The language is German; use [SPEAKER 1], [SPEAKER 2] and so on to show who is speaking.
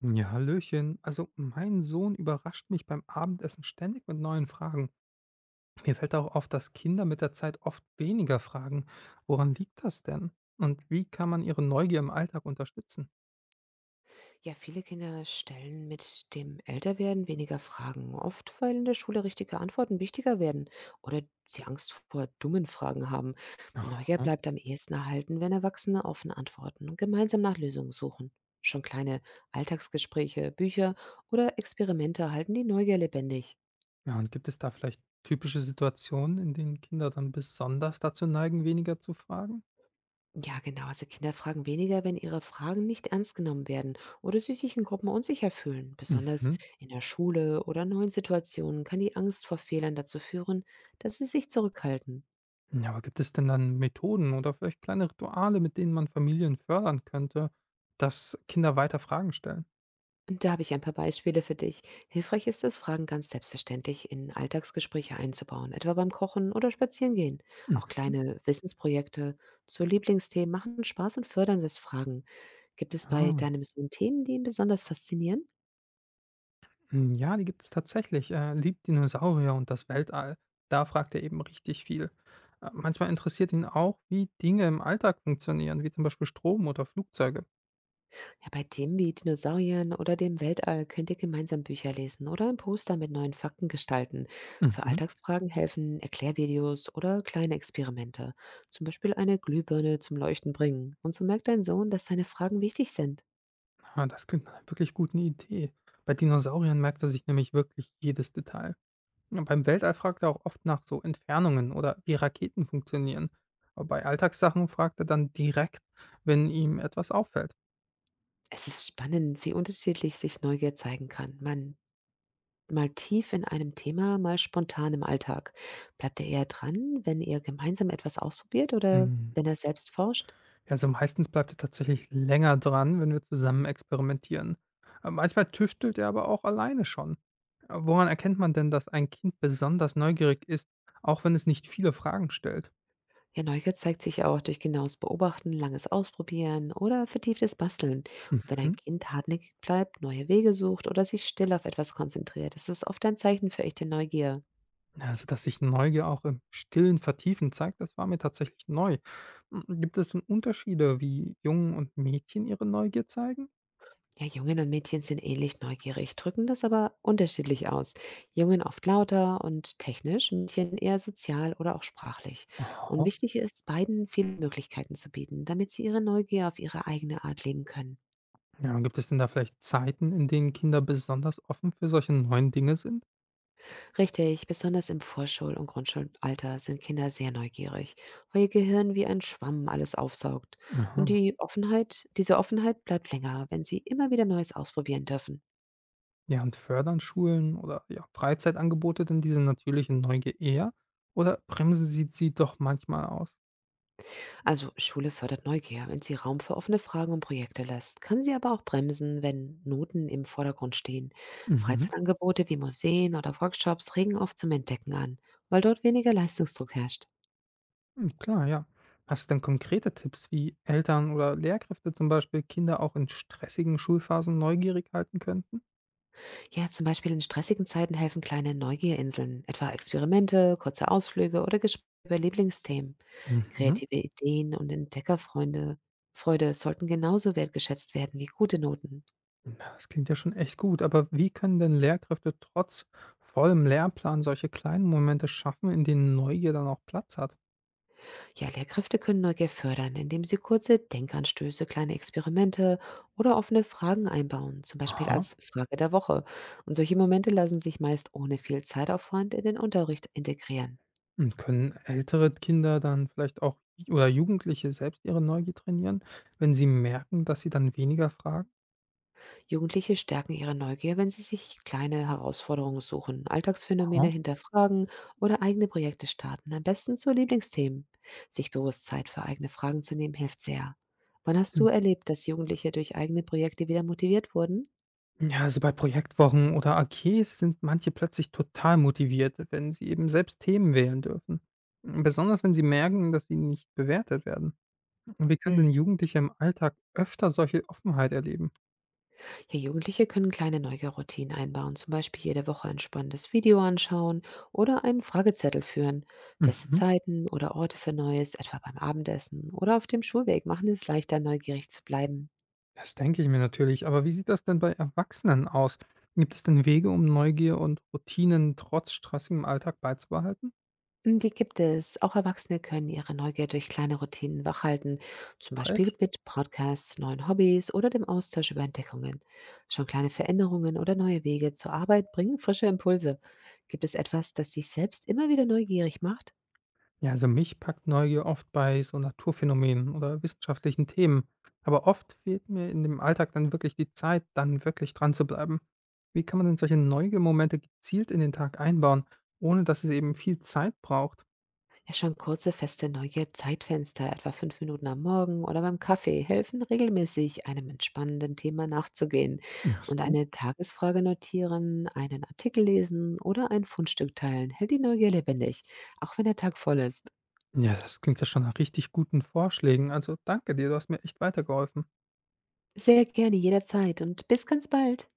[SPEAKER 1] Ja, hallöchen. Also mein Sohn überrascht mich beim Abendessen ständig mit neuen Fragen. Mir fällt auch auf, dass Kinder mit der Zeit oft weniger fragen. Woran liegt das denn? Und wie kann man ihre Neugier im Alltag unterstützen?
[SPEAKER 2] Ja, viele Kinder stellen mit dem Älterwerden weniger Fragen, oft weil in der Schule richtige Antworten wichtiger werden oder sie Angst vor dummen Fragen haben. Neugier
[SPEAKER 1] Aha.
[SPEAKER 2] bleibt am ehesten erhalten, wenn Erwachsene offen antworten und gemeinsam nach Lösungen suchen. Schon kleine Alltagsgespräche, Bücher oder Experimente halten die Neugier lebendig.
[SPEAKER 1] Ja, und gibt es da vielleicht typische Situationen, in denen Kinder dann besonders dazu neigen, weniger zu fragen?
[SPEAKER 2] Ja, genau. Also Kinder fragen weniger, wenn ihre Fragen nicht ernst genommen werden oder sie sich in Gruppen unsicher fühlen. Besonders
[SPEAKER 1] Mhm.
[SPEAKER 2] in der Schule oder neuen Situationen kann die Angst vor Fehlern dazu führen, dass sie sich zurückhalten.
[SPEAKER 1] Ja, aber gibt es denn dann Methoden oder vielleicht kleine Rituale, mit denen man Familien fördern könnte, dass Kinder weiter Fragen stellen?
[SPEAKER 2] Und da habe ich ein paar Beispiele für dich. Hilfreich ist es, Fragen ganz selbstverständlich in Alltagsgespräche einzubauen, etwa beim Kochen oder Spazierengehen.
[SPEAKER 1] Mhm.
[SPEAKER 2] Auch kleine Wissensprojekte zu Lieblingsthemen machen Spaß und fördern das Fragen. Gibt es bei
[SPEAKER 1] Ah.
[SPEAKER 2] deinem Sohn Themen, die ihn besonders faszinieren?
[SPEAKER 1] Hm, ja, die gibt es tatsächlich. Liebt Dinosaurier und das Weltall. Da fragt er eben richtig viel. Manchmal interessiert ihn auch, wie Dinge im Alltag funktionieren, wie zum Beispiel Strom oder Flugzeuge.
[SPEAKER 2] Ja, bei Themen wie Dinosauriern oder dem Weltall könnt ihr gemeinsam Bücher lesen oder ein Poster mit neuen Fakten gestalten. Für
[SPEAKER 1] Mhm.
[SPEAKER 2] Alltagsfragen helfen Erklärvideos oder kleine Experimente. Zum Beispiel eine Glühbirne zum Leuchten bringen. Und so merkt dein Sohn, dass seine Fragen wichtig sind.
[SPEAKER 1] Ah, das klingt nach einer wirklich guten Idee. Bei Dinosauriern merkt er sich nämlich wirklich jedes Detail. Ja, beim Weltall fragt er auch oft nach so Entfernungen oder wie Raketen funktionieren. Aber bei Alltagssachen fragt er dann direkt, wenn ihm etwas auffällt.
[SPEAKER 2] Es ist spannend, wie unterschiedlich sich Neugier zeigen kann. Man mal tief in einem Thema, mal spontan im Alltag. Bleibt er eher dran, wenn ihr gemeinsam etwas ausprobiert oder wenn er selbst forscht?
[SPEAKER 1] Also meistens bleibt er tatsächlich länger dran, wenn wir zusammen experimentieren. Manchmal tüftelt er aber auch alleine schon. Woran erkennt man denn, dass ein Kind besonders neugierig ist, auch wenn es nicht viele Fragen stellt?
[SPEAKER 2] Ja, Neugier zeigt sich ja auch durch genaues Beobachten, langes Ausprobieren oder vertieftes Basteln. Und wenn ein
[SPEAKER 1] Mhm.
[SPEAKER 2] Kind hartnäckig bleibt, neue Wege sucht oder sich still auf etwas konzentriert, ist es oft ein Zeichen für echte Neugier.
[SPEAKER 1] Also, dass sich Neugier auch im stillen Vertiefen zeigt, das war mir tatsächlich neu. Gibt es denn Unterschiede, wie Jungen und Mädchen ihre Neugier zeigen?
[SPEAKER 2] Ja, Jungen und Mädchen sind ähnlich neugierig, drücken das aber unterschiedlich aus. Jungen oft lauter und technisch, Mädchen eher sozial oder auch sprachlich. Und
[SPEAKER 1] Aha.
[SPEAKER 2] wichtig ist, beiden viele Möglichkeiten zu bieten, damit sie ihre Neugier auf ihre eigene Art leben können.
[SPEAKER 1] Ja, gibt es denn da vielleicht Zeiten, in denen Kinder besonders offen für solche neuen Dinge sind?
[SPEAKER 2] Richtig, besonders im Vorschul- und Grundschulalter sind Kinder sehr neugierig, weil ihr Gehirn wie ein Schwamm alles aufsaugt. Und
[SPEAKER 1] Aha.
[SPEAKER 2] die Offenheit, diese Offenheit bleibt länger, wenn sie immer wieder Neues ausprobieren dürfen.
[SPEAKER 1] Ja, und fördern Schulen oder ja, Freizeitangebote denn diese natürliche Neugier eher oder bremsen sie sie doch manchmal aus?
[SPEAKER 2] Also Schule fördert Neugier, wenn sie Raum für offene Fragen und Projekte lässt, kann sie aber auch bremsen, wenn Noten im Vordergrund stehen.
[SPEAKER 1] Mhm.
[SPEAKER 2] Freizeitangebote wie Museen oder Workshops regen oft zum Entdecken an, weil dort weniger Leistungsdruck herrscht.
[SPEAKER 1] Hm, klar, ja. Hast du denn konkrete Tipps, wie Eltern oder Lehrkräfte zum Beispiel Kinder auch in stressigen Schulphasen neugierig halten könnten?
[SPEAKER 2] Ja, zum Beispiel in stressigen Zeiten helfen kleine Neugierinseln, etwa Experimente, kurze Ausflüge oder Gespräche über Lieblingsthemen.
[SPEAKER 1] Mhm.
[SPEAKER 2] Kreative Ideen und Entdeckerfreunde Freude sollten genauso wertgeschätzt werden wie gute Noten.
[SPEAKER 1] Na, das klingt ja schon echt gut, aber wie können denn Lehrkräfte trotz vollem Lehrplan solche kleinen Momente schaffen, in denen Neugier dann auch Platz hat?
[SPEAKER 2] Ja, Lehrkräfte können Neugier fördern, indem sie kurze Denkanstöße, kleine Experimente oder offene Fragen einbauen, zum Beispiel
[SPEAKER 1] Aha.
[SPEAKER 2] als Frage der Woche. Und solche Momente lassen sich meist ohne viel Zeitaufwand in den Unterricht integrieren.
[SPEAKER 1] Und können ältere Kinder dann vielleicht auch oder Jugendliche selbst ihre Neugier trainieren, wenn sie merken, dass sie dann weniger fragen?
[SPEAKER 2] Jugendliche stärken ihre Neugier, wenn sie sich kleine Herausforderungen suchen,
[SPEAKER 1] Aha.
[SPEAKER 2] Alltagsphänomene hinterfragen oder eigene Projekte starten, am besten zu Lieblingsthemen. Sich bewusst Zeit für eigene Fragen zu nehmen, hilft sehr. Wann hast
[SPEAKER 1] Hm,
[SPEAKER 2] du erlebt, dass Jugendliche durch eigene Projekte wieder motiviert wurden?
[SPEAKER 1] ja, also bei Projektwochen oder AGs sind manche plötzlich total motiviert, wenn sie eben selbst Themen wählen dürfen. Besonders wenn sie merken, dass sie nicht bewertet werden. Und wie kann
[SPEAKER 2] Hm.
[SPEAKER 1] denn Jugendliche im Alltag öfter solche Offenheit erleben?
[SPEAKER 2] Ja, Jugendliche können kleine Neugierroutinen einbauen, zum Beispiel jede Woche ein spannendes Video anschauen oder einen Fragezettel führen. Feste
[SPEAKER 1] Mhm.
[SPEAKER 2] Zeiten oder Orte für Neues, etwa beim Abendessen oder auf dem Schulweg, machen es leichter, neugierig zu bleiben.
[SPEAKER 1] Das denke ich mir natürlich. Aber wie sieht das denn bei Erwachsenen aus? Gibt es denn Wege, um Neugier und Routinen trotz stressigem Alltag beizubehalten?
[SPEAKER 2] Hm, die gibt es. Auch Erwachsene können ihre Neugier durch kleine Routinen wachhalten, zum
[SPEAKER 1] Ach
[SPEAKER 2] Beispiel
[SPEAKER 1] echt?
[SPEAKER 2] mit Podcasts, neuen Hobbys oder dem Austausch über Entdeckungen. Schon kleine Veränderungen oder neue Wege zur Arbeit bringen frische Impulse. Gibt es etwas, das dich selbst immer wieder neugierig macht?
[SPEAKER 1] Ja, also mich packt Neugier oft bei so Naturphänomenen oder wissenschaftlichen Themen. Aber oft fehlt mir in dem Alltag dann wirklich die Zeit, dann wirklich dran zu bleiben. Wie kann man denn solche Neugiermomente gezielt in den Tag einbauen, ohne dass es eben viel Zeit braucht?
[SPEAKER 2] Ja, schon kurze feste Neugier-Zeitfenster, etwa 5 Minuten am Morgen oder beim Kaffee, helfen regelmäßig, einem entspannenden Thema nachzugehen
[SPEAKER 1] Ja,
[SPEAKER 2] und
[SPEAKER 1] so.
[SPEAKER 2] eine Tagesfrage notieren, einen Artikel lesen oder ein Fundstück teilen, hält die Neugier lebendig, auch wenn der Tag voll ist.
[SPEAKER 1] Ja, das klingt ja schon nach richtig guten Vorschlägen. Also danke dir, du hast mir echt weitergeholfen.
[SPEAKER 2] Sehr gerne jederzeit und bis ganz bald.